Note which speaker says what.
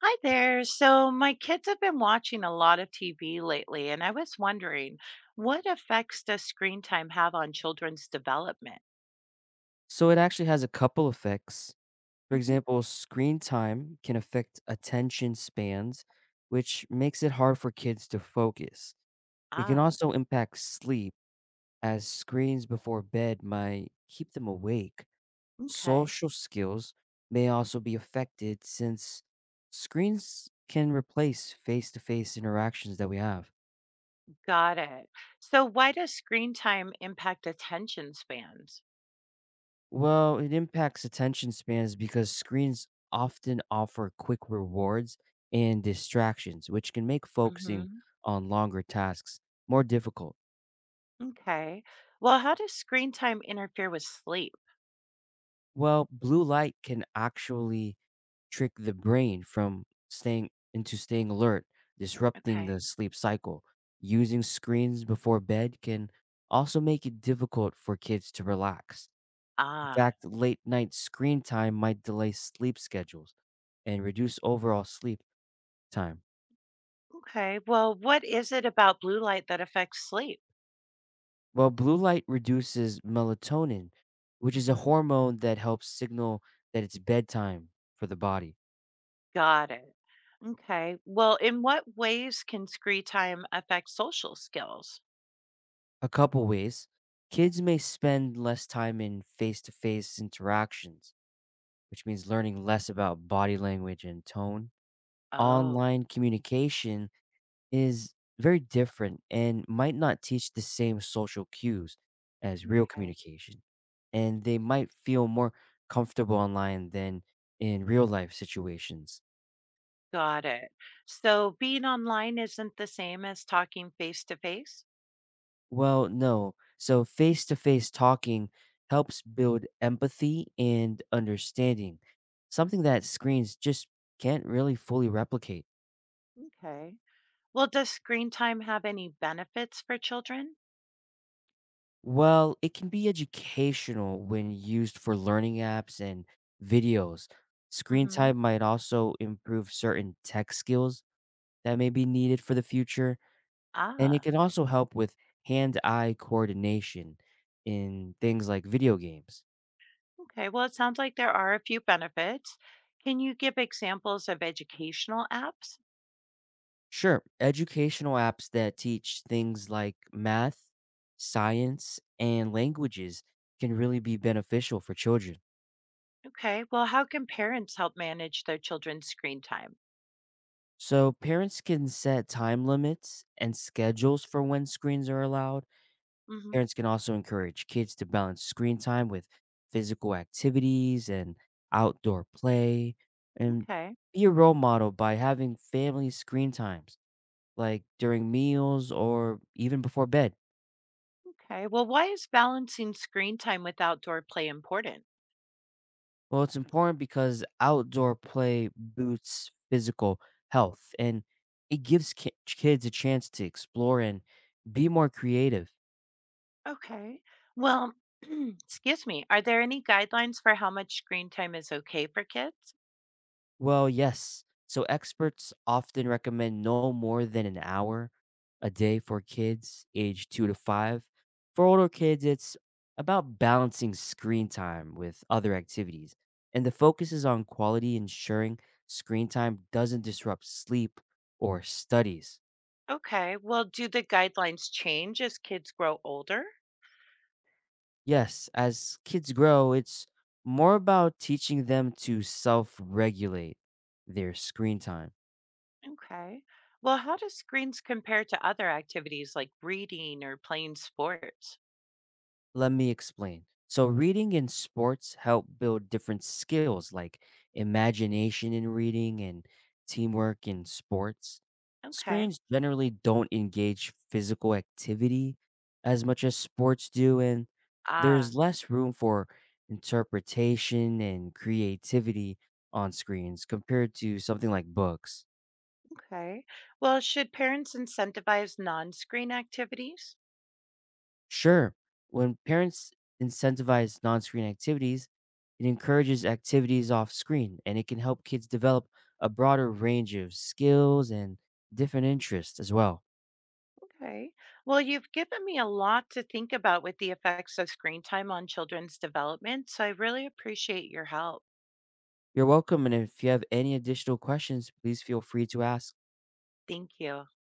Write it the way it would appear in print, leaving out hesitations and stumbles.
Speaker 1: Hi there. So, my kids have been watching a lot of TV lately, and I was wondering what effects does screen time have on children's development?
Speaker 2: So it actually has a couple effects. For
Speaker 1: Hmm.
Speaker 2: example, screen time can affect attention spans, which makes it hard for kids to focus. It can
Speaker 1: Ah,
Speaker 2: also impact sleep, as screens before bed might keep them awake.
Speaker 1: okay.
Speaker 2: Social skills may also be affected since screens can replace face to face interactions that we have.
Speaker 1: Got it. So, why does screen time impact attention spans?
Speaker 2: Well, it impacts attention spans because screens often offer quick rewards and distractions, which can make focusing
Speaker 1: Hmm.
Speaker 2: on longer tasks more difficult.
Speaker 1: Okay. Well, how does screen time interfere with sleep?
Speaker 2: Well, blue light can actually trick the brain from staying into staying alert, disrupting
Speaker 1: Okay.
Speaker 2: the sleep cycle. Using screens before bed can also make it difficult for kids to relax. In
Speaker 1: Ah,
Speaker 2: fact, late night screen time might delay sleep schedules and reduce overall sleep time.
Speaker 1: okay. Well, what is it about blue light that affects sleep?
Speaker 2: Well, blue light reduces melatonin, which is a hormone that helps signal that it's bedtime for the body.
Speaker 1: Got it. Okay. Well, in what ways can screen time affect social skills?
Speaker 2: A couple ways kids may spend less time in face to face interactions, which means learning less about body language and tone.
Speaker 1: Oh,
Speaker 2: Online communication is very different and might not teach the same social cues as real
Speaker 1: okay.
Speaker 2: communication. And they might feel more comfortable online than in real life situations.
Speaker 1: Got it. So being online isn't the same as talking face to face?
Speaker 2: Well, no. So face to face talking helps build empathy and understanding, something that screens just can't really fully replicate.
Speaker 1: Okay. Well, does screen time have any benefits for children?
Speaker 2: Well, it can be educational when used for learning apps and videos. Screen
Speaker 1: Mm-hmm.
Speaker 2: time might also improve certain tech skills that may be needed for the future, and it
Speaker 1: Ah,
Speaker 2: can also help with hand eye coordination in things like video games.
Speaker 1: okay. Well, it sounds like there are a few benefits. Can you give examples of educational apps?
Speaker 2: Sure. Educational apps that teach things like math, science, and languages can really be beneficial for children.
Speaker 1: Okay. Well, how can parents help manage their children's screen time?
Speaker 2: So, parents can set time limits and schedules for when screens are allowed.
Speaker 1: Mm-hmm.
Speaker 2: Parents can also encourage kids to balance screen time with physical activities and outdoor play and
Speaker 1: Okay.
Speaker 2: be a role model by having family screen times, like during meals or even before bed.
Speaker 1: Okay. Well, why is balancing screen time with outdoor play important?
Speaker 2: Well, it's important because outdoor play boosts physical health and it gives kids a chance to explore and be more creative.
Speaker 1: Okay. Well, excuse me. Are there any guidelines for how much screen time is okay for kids?
Speaker 2: Well, yes. So, experts often recommend no more than an hour a day for kids age 2 to 5. For older kids, it's about balancing screen time with other activities. And the focus is on quality, ensuring screen time doesn't disrupt sleep or studies.
Speaker 1: Okay. Well, do the guidelines change as kids grow older?
Speaker 2: Yes, as kids grow, it's more about teaching them to self regulate their screen time.
Speaker 1: Okay. Well, how do screens compare to other activities like reading or playing sports?
Speaker 2: Let me explain. So, reading in sports help build different skills like imagination in reading and teamwork in sports.
Speaker 1: Okay.
Speaker 2: Screens generally don't engage physical activity as much as sports do, and
Speaker 1: Ah,
Speaker 2: there's less room for interpretation and creativity on screens compared to something like books.
Speaker 1: okay. Well, should parents incentivize non screen activities?
Speaker 2: Sure. When parents incentivize non screen activities, it encourages activities off screen and it can help kids develop a broader range of skills and different interests as well.
Speaker 1: Okay. Well, you've given me a lot to think about with the effects of screen time on children's development, so I really appreciate your help.
Speaker 2: You're welcome. And if you have any additional questions, please feel free to ask.
Speaker 1: Thank you.